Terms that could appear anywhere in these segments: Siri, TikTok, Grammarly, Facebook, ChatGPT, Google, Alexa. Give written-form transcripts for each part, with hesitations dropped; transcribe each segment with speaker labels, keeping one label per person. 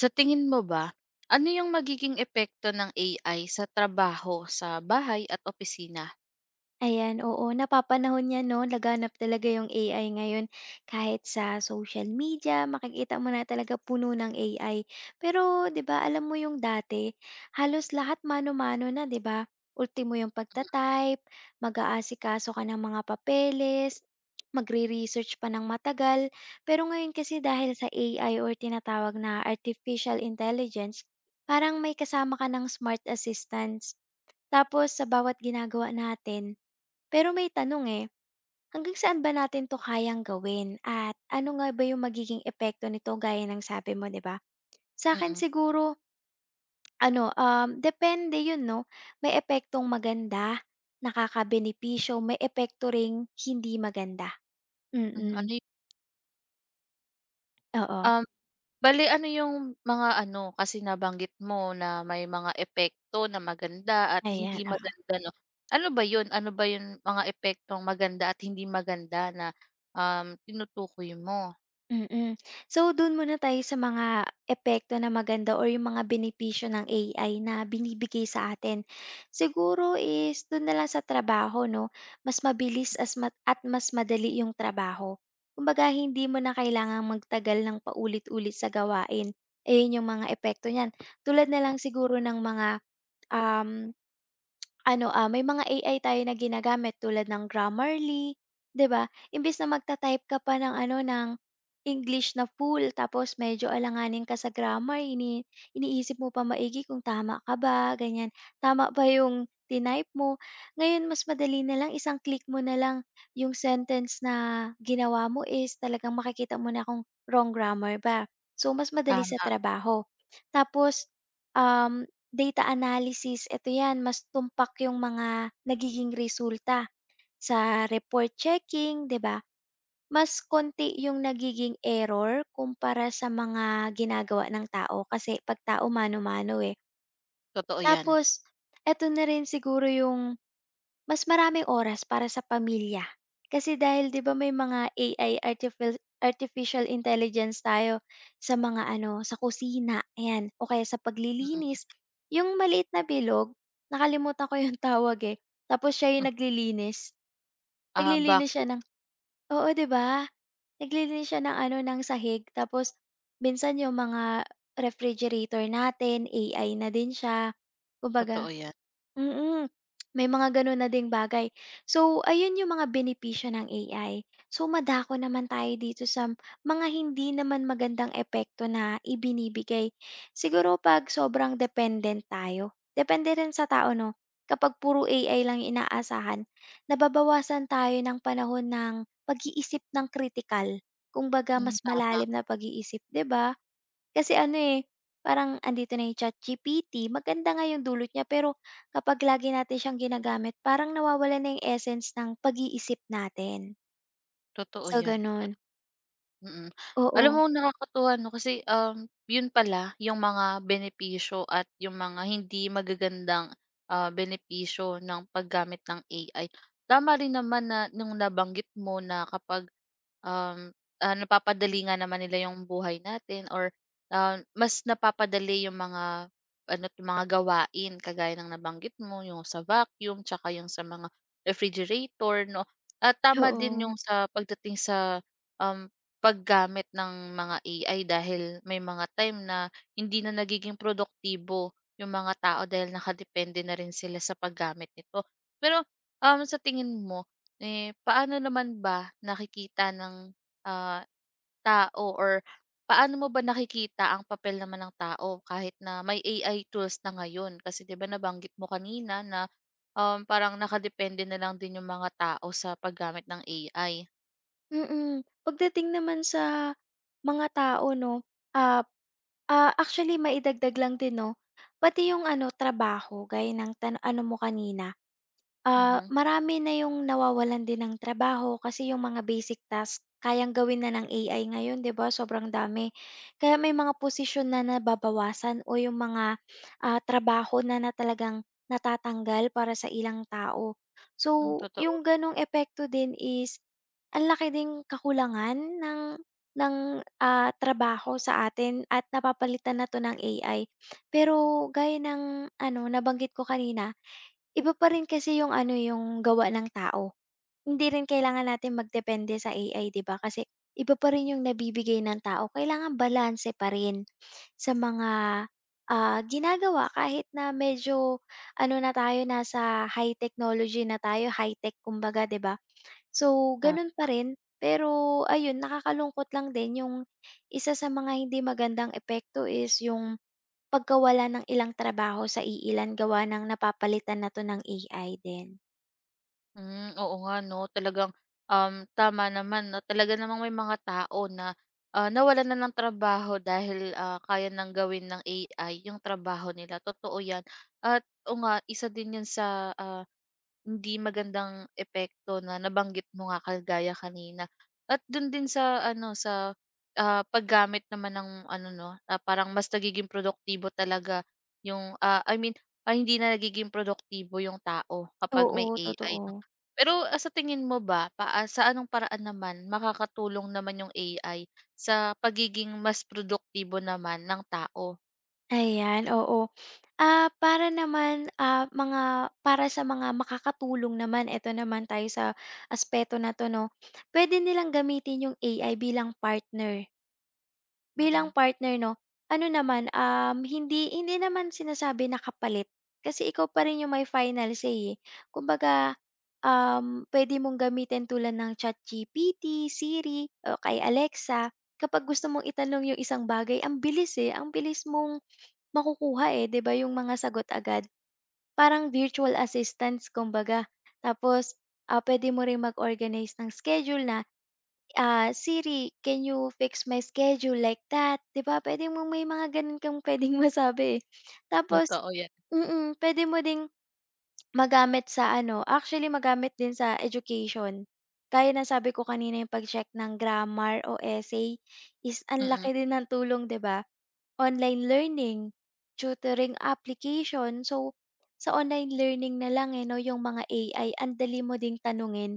Speaker 1: Sa tingin mo ba, ano yung magiging epekto ng AI sa trabaho sa bahay at opisina?
Speaker 2: Ayan, oo, napapanahon 'yan 'no, laganap talaga yung AI ngayon. Kahit sa social media makikita mo na talaga puno ng AI. Pero 'di ba alam mo yung dati, halos lahat mano-mano na 'di ba? Ultimo yung pagta-type, mag-aasikaso ka ng mga papeles, magre-research pa ng matagal. Pero ngayon kasi dahil sa AI or tinatawag na artificial intelligence, parang may kasama ka ng smart assistants. Tapos sa bawat ginagawa natin pero may tanong eh, hanggang saan ba natin 'to kayang gawin at ano nga ba yung magiging epekto nito gaya ng sabi mo 'di ba? Sa akin
Speaker 1: Mm.
Speaker 2: siguro ano, depende yun 'no, may epektong maganda, nakakabenepisyo, may epekto ring hindi maganda.
Speaker 1: Hmm.
Speaker 2: Mm, oo,
Speaker 1: Um, Bale ano yung mga ano, kasi nabanggit mo na may mga epekto na maganda at
Speaker 2: ayan,
Speaker 1: hindi
Speaker 2: o.
Speaker 1: maganda 'no. Ano ba yun? Ano ba yung mga epektong maganda at hindi maganda na, tinutukoy mo?
Speaker 2: Mm. So, dun muna tayo sa mga epekto na maganda or yung mga benepisyo ng AI na binibigay sa atin. Siguro is dun na lang sa trabaho, no? Mas mabilis at mas madali yung trabaho. Kumbaga, hindi mo na kailangang magtagal ng paulit-ulit sa gawain. Ayun yung mga epekto niyan. Tulad na lang siguro ng mga um, ano, may mga AI tayo na ginagamit tulad ng Grammarly, 'di ba? Imbes na magta-type ka pa ng ano, ng English na full, tapos medyo alanganin ka sa grammar, iniisip mo pa maigi kung tama ka ba, ganyan. Tama ba yung tinype mo? Ngayon mas madali na lang, isang click mo na lang yung sentence na ginawa mo is talagang makikita mo na kung wrong grammar ba. So, mas madali sa
Speaker 1: Tama,
Speaker 2: trabaho. Tapos, um data analysis, eto 'yan, mas tumpak yung mga nagiging resulta. Sa report checking, 'di ba, mas konti yung nagiging error kumpara sa mga ginagawa ng tao kasi 'pag tao mano-mano, eh.
Speaker 1: totoo yan.
Speaker 2: Tapos eto na rin siguro yung mas maraming oras para sa pamilya. Kasi dahil 'di ba may mga AI, artificial artificial intelligence tayo sa mga ano, sa kusina, ayan, o kaya sa
Speaker 1: Mm.
Speaker 2: paglilinis. Yung maliit na bilog, nakalimutan ko yung tawag, eh, tapos siya yung naglilinis.
Speaker 1: Ah,
Speaker 2: Naglilinis siya
Speaker 1: vacuum,
Speaker 2: ng, oo, 'di ba? Naglilinis siya ng ano, ng sahig, tapos minsan yung mga refrigerator natin AI na din siya.
Speaker 1: totoo
Speaker 2: Kumbaga.
Speaker 1: yan.
Speaker 2: Mm. May mga gano'n na ding bagay. So, ayun yung mga benepisyo ng AI. So, madako naman tayo dito sa mga hindi naman magandang epekto na ibinibigay. Siguro 'pag sobrang dependent tayo. Depende rin sa tao 'no. Kapag puro AI lang yung inaasahan, nababawasan tayo ng panahon ng pag-iisip ng critical. Kumbaga
Speaker 1: Hmm,
Speaker 2: mas
Speaker 1: tama,
Speaker 2: malalim na pag-iisip, 'di ba? Kasi ano, eh, parang andito na yung ChatGPT, maganda nga yung dulot niya, pero kapag lagi natin siyang ginagamit parang nawawala na yung essence ng pag-iisip natin.
Speaker 1: totoo
Speaker 2: So,
Speaker 1: yan.
Speaker 2: gano'n.
Speaker 1: Mm. Alam
Speaker 2: Oo,
Speaker 1: mo nakakatuwa 'no kasi, 'yun pala yung mga benepisyo at yung mga hindi magagandang, benepisyo ng paggamit ng AI. Tama rin naman na nung nabanggit mo na kapag, um, napapadali nga naman nila yung buhay natin or, mas napapadali yung mga ano't yung mga gawain kagaya ng nabanggit mo, yung sa vacuum tsaka yung sa mga refrigerator 'no. At tama din
Speaker 2: oo,
Speaker 1: yung sa pagdating sa, um, Paggamit ng mga AI dahil may mga time na hindi na nagiging produktibo yung mga tao dahil nakadepende na rin sila sa paggamit nito. Pero, sa tingin mo, eh, paano naman ba nakikita ng, ah, tao or paano mo ba nakikita ang papel naman ng tao kahit na may AI tools na ngayon? Kasi 'di ba nabanggit mo kanina na, parang nakadepende na lang din yung mga tao sa paggamit ng AI.
Speaker 2: mm. Pagdating naman sa mga tao 'no, ah, actually maidagdag lang din 'no, pati yung ano trabaho gaya ng ano mo kanina. Ah,
Speaker 1: Mhm.
Speaker 2: marami na yung nawawalan din ng trabaho kasi yung mga basic task kayang gawin na ng AI ngayon, 'di ba? Sobrang dami. Kaya may mga posisyon na nababawasan o yung mga, trabaho na na talagang natatanggal para sa ilang tao.
Speaker 1: Hmm,
Speaker 2: So,
Speaker 1: totoo.
Speaker 2: yung gano'ng epekto din is ang laki ding kakulangan ng ng, trabaho sa atin at napapalitan na 'to ng AI. Pero gaya ng ano, nabanggit ko kanina, iba pa rin kasi yung ano, yung gawa ng tao. Hindi rin kailangan natin magdepende sa AI 'di ba, kasi iba pa rin yung nabibigay ng tao. Kailangan balanse pa rin sa mga, ginagawa kahit na medyo ano na tayo, nasa high technology na tayo, high-tech kumbaga 'di ba? So, ganun pa rin, pero ayun, nakakalungkot lang din yung isa sa mga hindi magandang epekto is yung pagkawala ng ilang trabaho sa iilan gawa ng napapalitan na 'to ng AI din.
Speaker 1: Hmm, oo nga 'no, talagang, tama naman 'no, talaga namang may mga tao na, nawalan na ng trabaho dahil, kaya ng gawin ng AI yung trabaho nila, totoo 'yan. At o nga, isa din 'yan sa, hindi magandang epekto na nabanggit mo nga kagaya kanina. At dun din sa ano, sa, paggamit naman ng ano 'no, parang mas nagiging produktibo talaga yung, I mean, hindi na nagiging produktibo yung tao kapag
Speaker 2: Oo,
Speaker 1: may AI
Speaker 2: totoo.
Speaker 1: 'no. Pero, sa tingin mo ba, sa anong paraan naman makakatulong naman yung AI sa pagiging mas produktibo naman ng tao?
Speaker 2: Ayan, oo. Ah, para naman, mga para sa mga makakatulong naman, eto naman tayo sa aspeto na 'to 'no. Puwede nilang gamitin yung AI bilang partner.
Speaker 1: Mm,
Speaker 2: Bilang
Speaker 1: mm.
Speaker 2: partner 'no, ano naman, hindi hindi naman sinasabi na kapalit, kasi ikaw pa rin yung may final say, eh. Kumbaga, puwede mong gamitin tulad ng ChatGPT, Siri, o kay Alexa kapag gusto mong itanong yung isang bagay, ang bilis, eh, ang bilis mong makukuha, eh, 'di ba yung mga sagot agad. Parang virtual assistants kumbaga. Tapos, puwede mo ring mag-organize ng schedule na, Ah, "Siri, can you fix my schedule like that?" 'Di ba pwede mo, may mga gano'n kang puwedeng masabi eh. Tapos
Speaker 1: Totoo 'yan.
Speaker 2: puwede mo ding magamit sa ano, actually magamit din sa education. Kaya ng sabi ko kanina yung pag-check ng grammar o essay is
Speaker 1: Mm,
Speaker 2: ang laki
Speaker 1: mm.
Speaker 2: din ng tulong, 'di ba? Online learning, tutoring application. So, sa online learning na lang eh, 'no, yung mga AI, ang dali mo ding tanungin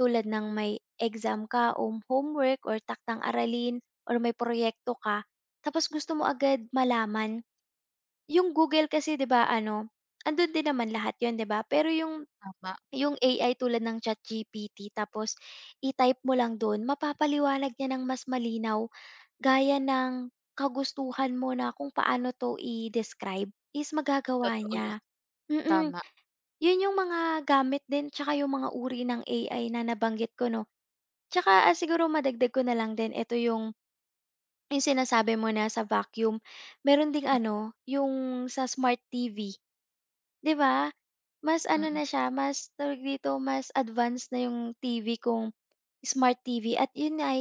Speaker 2: tulad ng may exam ka o homework or taktang aralin or may proyekto ka, tapos gusto mo agad malaman. Yung Google kasi 'di ba ano, andun din naman lahat yun 'di ba, pero
Speaker 1: Tama.
Speaker 2: yung AI tulad ng ChatGPT, tapos i-type mo lang dun, mapapaliwanag niya ng mas malinaw gaya ng kagustuhan mo na kung paano 'to i-describe is magagawa
Speaker 1: Totoo 'yan,
Speaker 2: niya. Mm.
Speaker 1: tama.
Speaker 2: Yun yung mga gamit din tsaka yung mga uri ng AI na nabanggit ko 'no. Tsaka, siguro madagdag ko na lang din ito yung sinasabi mo na sa vacuum, meron ding
Speaker 1: Hmm,
Speaker 2: ano, yung sa smart TV, 'di ba? Mas ano na
Speaker 1: mm.
Speaker 2: siya, mas tawag dito, mas advanced na yung TV, kong smart TV at yun ay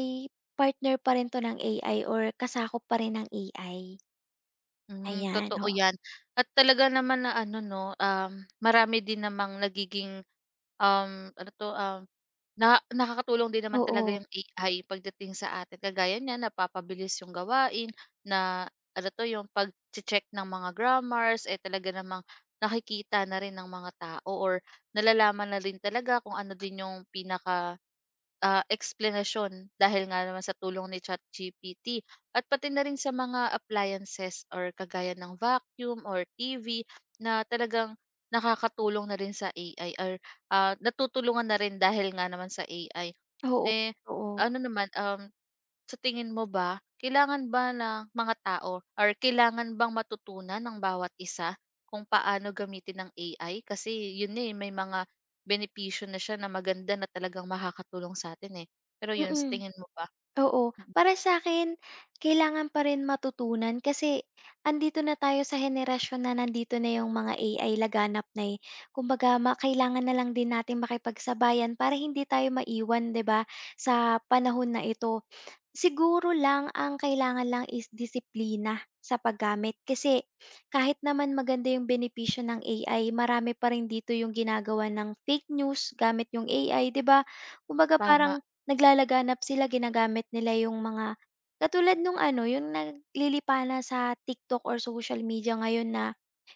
Speaker 2: partner pa rin 'to ng AI or kasakop pa rin ng AI,
Speaker 1: Hmm,
Speaker 2: ayan,
Speaker 1: totoo
Speaker 2: oo.
Speaker 1: 'yan at talaga naman na ano 'no, marami din namang nagiging ano 'to, na nakakatulong din naman talaga
Speaker 2: Oo,
Speaker 1: yung AI pagdating sa atin. Kagaya niyan, napapabilis yung gawain na ano 'to, yung pag check ng mga grammars, eh, talaga namang nakikita na rin ng mga tao or nalalaman na rin talaga kung ano din yung pinaka, eksplanasyon dahil nga naman sa tulong ni ChatGPT at pati na rin sa mga appliances or kagaya ng vacuum or TV na talagang nakakatulong na rin sa AI or natutulungan na rin dahil nga naman sa AI.
Speaker 2: oo,
Speaker 1: Eh,
Speaker 2: oo,
Speaker 1: ano naman, sa tingin mo ba, kailangan ba ng mga tao or kailangan bang matutunan ng bawat isa kung paano gamitin ang AI? Kasi yun na eh, may mga benepisyo na siya na maganda na talagang makakatulong sa atin eh. Pero yun, sa
Speaker 2: mm,
Speaker 1: tingin mo ba?
Speaker 2: oo. Para sa'kin kailangan pa rin matutunan, kasi andito na tayo sa henerasyon na nandito na yung mga AI, laganap na, eh. Kumbaga kailangan na lang din natin makipagsabayan para hindi tayo maiwan, 'di ba, sa panahon na ito. Siguro lang ang kailangan lang is disiplina sa paggamit kasi kahit naman maganda yung benepisyo ng AI, marami pa rin dito yung ginagawa ng fake news gamit yung AI, 'di ba? Kumbaga
Speaker 1: Tama.
Speaker 2: parang naglalaganap sila, ginagamit nila yung mga katulad nung ano, yung naglilipana sa TikTok or social media ngayon na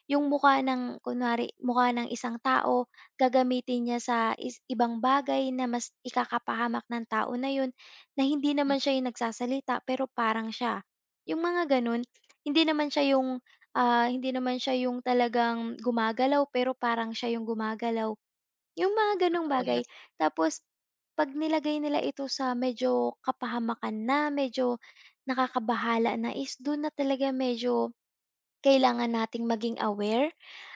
Speaker 2: yung mukha ng kunwari mukha ng isang tao, gagamitin niya sa is ibang bagay na mas ikakapahamak ng tao na yun, na hindi
Speaker 1: Mm,
Speaker 2: naman siya yung nagsasalita pero parang siya. Yung mga ganun, hindi naman siya yung, hindi naman siya yung talagang gumagalaw pero parang siya yung gumagalaw, yung mga ganong
Speaker 1: totoo yan.
Speaker 2: bagay. Tapos 'pag nilagay nila ito sa medyo kapahamakan na, medyo nakakabahala na is dun na talaga medyo kailangan nating maging aware.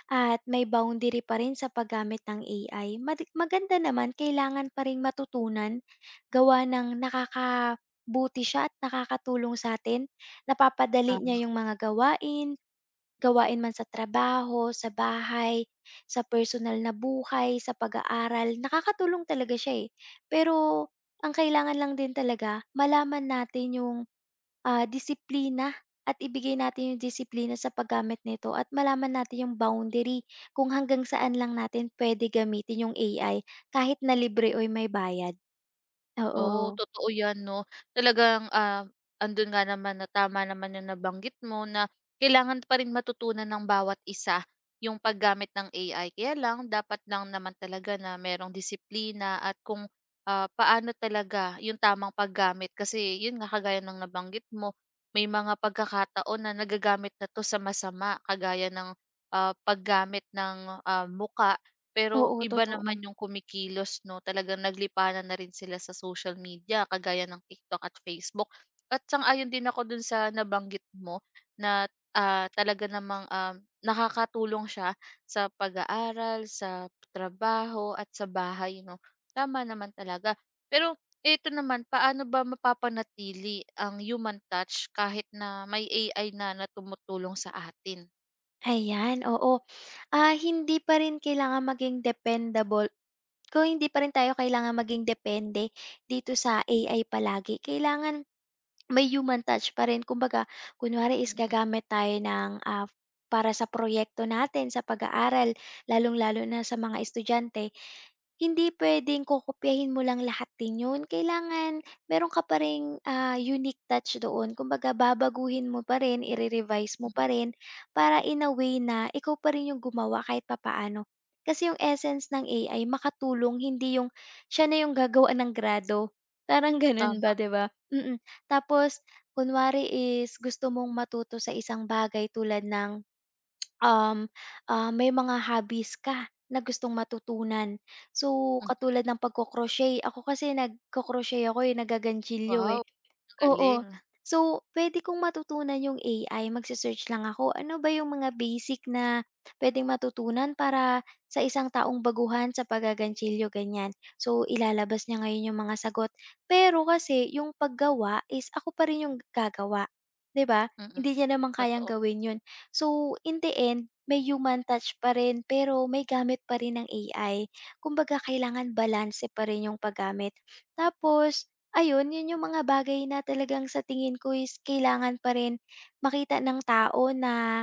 Speaker 2: At may boundary pa rin sa paggamit ng AI. Maganda naman, kailangan pa ring matutunan gawa ng nakakabuti siya at nakakatulong sa'tin. Napapadali niya
Speaker 1: Tama.
Speaker 2: yung mga gawain, gawain man sa trabaho, sa bahay, sa personal na buhay, sa pag-aaral, nakakatulong talaga siya, eh. Pero ang kailangan lang din talaga malaman natin yung disiplina at ibigay natin yung disiplina sa paggamit nito at malaman natin yung boundary kung hanggang saan lang natin pwede gamitin yung AI kahit na libre or may bayad.
Speaker 1: Oo,
Speaker 2: Oo.
Speaker 1: totoo 'yan 'no. Talagang, andun nga naman na tama naman yung nabanggit mo na kailangan pa rin matutunan ng bawat isa yung paggamit ng AI. Kaya lang dapat lang naman talaga na merong disiplina at kung, paano talaga yung tamang paggamit. Kasi yun nga, kagaya ng nabanggit mo, may mga pagkakataon na nagagamit na 'to sa masama kagaya ng, paggamit ng, muka pero
Speaker 2: Oo,
Speaker 1: iba
Speaker 2: totoo.
Speaker 1: naman yung kumikilos 'no, talagang naglipanan na rin sila sa social media kagaya ng TikTok at Facebook. At sang-ayon din ako dun sa nabanggit mo na, talaga namang, nakakatulong siya sa pag-aaral, sa trabaho at sa bahay 'no. Tama naman talaga. Pero ito naman, paano ba mapapanatili ang human touch kahit na may AI na na tumutulong sa atin?
Speaker 2: Ayan, oo. Ah, hindi pa rin kailangan maging dependable, kung hindi pa rin tayo kailangan maging depende dito sa AI palagi. Kailangan. May human touch pa rin, kumbaga kunwari is
Speaker 1: Mm,
Speaker 2: gagamit tayo ng, para sa proyekto natin sa pag-aaral, lalong-lalo na sa mga estudyante, hindi puwedeng kokopyahin mo lang lahat din 'yun. Kailangan meron ka pa ring, unique touch doon. Kumbaga babaguhin mo pa rin, ire-revise mo pa
Speaker 1: mm,
Speaker 2: rin para in a way na ikaw pa rin 'yung gumawa kahit papaano. Kasi 'yung essence ng AI makatulong, hindi 'yung siya na 'yung gagawa ng grado, parang gano'n ba,
Speaker 1: tama.
Speaker 2: 'di ba? Mm. Mm. Tapos kunwari is gusto mong matuto sa isang bagay tulad ng Um, may mga hobbies ka na gustong matutunan. So,
Speaker 1: Hmm,
Speaker 2: katulad ng pagko-crochet, ako kasi nagko-crochet ako, eh, nagaganchilyo,
Speaker 1: wow,
Speaker 2: eh.
Speaker 1: ang galing.
Speaker 2: Oo. So, puwede kong matutunan yung AI, magse-search lang ako. Ano ba yung mga basic na pwedeng matutunan para sa isang taong baguhan sa paggaganchilyo, ganyan. So, ilalabas niya ngayon yung mga sagot. Pero kasi yung paggawa is ako pa rin yung gagawa, 'di ba?
Speaker 1: Mm,
Speaker 2: Hindi niya naman kayang
Speaker 1: totoo.
Speaker 2: gawin yun. So, in the end, may human touch pa rin pero may gamit pa rin ng AI. Kumbaga kailangan balance pa rin yung paggamit. Tapos ayun, yun yung mga bagay na talagang sa tingin ko is kailangan pa rin makita ng tao na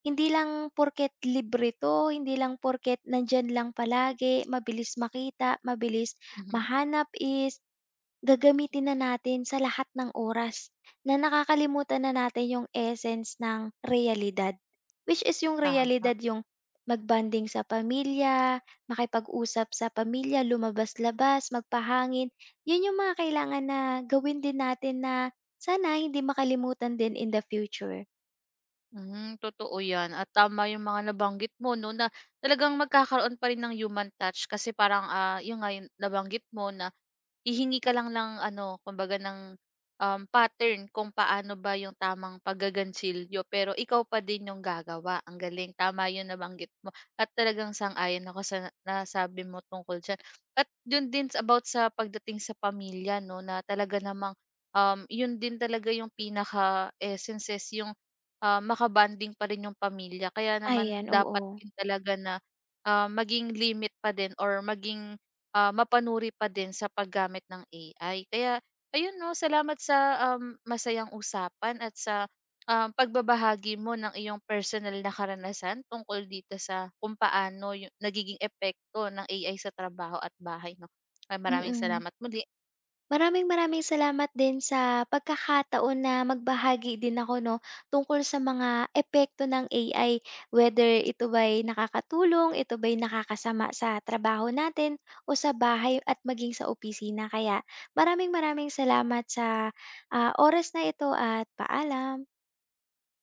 Speaker 2: hindi lang porket libre 'to, hindi lang porket nandiyan lang palagi, mabilis makita, mabilis
Speaker 1: Mhm,
Speaker 2: mahanap is gagamitin na natin sa lahat ng oras na nakakalimutan na natin yung essence ng realidad. Which is yung
Speaker 1: tama.
Speaker 2: realidad yung magbanding sa pamilya, makipag-usap sa pamilya, lumabas-labas, magpahangin. Yun yung mga kailangan na gawin din natin na sana hindi makalimutan din in the future.
Speaker 1: Hmm, totoo 'yan at tama 'yung mga nabanggit mo 'no, na talagang magkakaroon pa rin ng human touch kasi parang, yung nga 'yung nabanggit mo na hihingi ka lang ng ano, kumbaga ng, pattern kung paano ba yung tamang paggagansilyo pero ikaw pa din yung gagawa. Ang galing, tama yung nabanggit mo at talagang sang-ayon ako sa nasabi mo tungkol diyan. At yun din about sa pagdating sa pamilya 'no, na talaga namang, yun din talaga yung pinaka-essence is yung, maka pa rin yung pamilya. Kaya naman
Speaker 2: Ayan,
Speaker 1: dapat
Speaker 2: oo.
Speaker 1: din talaga na, maging limit pa din or maging mapanuri pa din sa paggamit ng AI. Kaya ayun 'no, salamat sa, masayang usapan at sa, pagbabahagi mo ng iyong personal na karanasan tungkol dito sa kung paano nagiging epekto ng AI sa trabaho at bahay 'no. Ah, maraming
Speaker 2: Mm.
Speaker 1: salamat muli.
Speaker 2: Maraming maraming salamat din sa pagkakataon na magbahagi din ako 'no, tungkol sa mga epekto ng AI. Whether ito ba'y nakakatulong, ito ba'y nakakasama sa trabaho natin o sa bahay at maging sa opisina. Kaya maraming maraming salamat sa, oras na ito at paalam.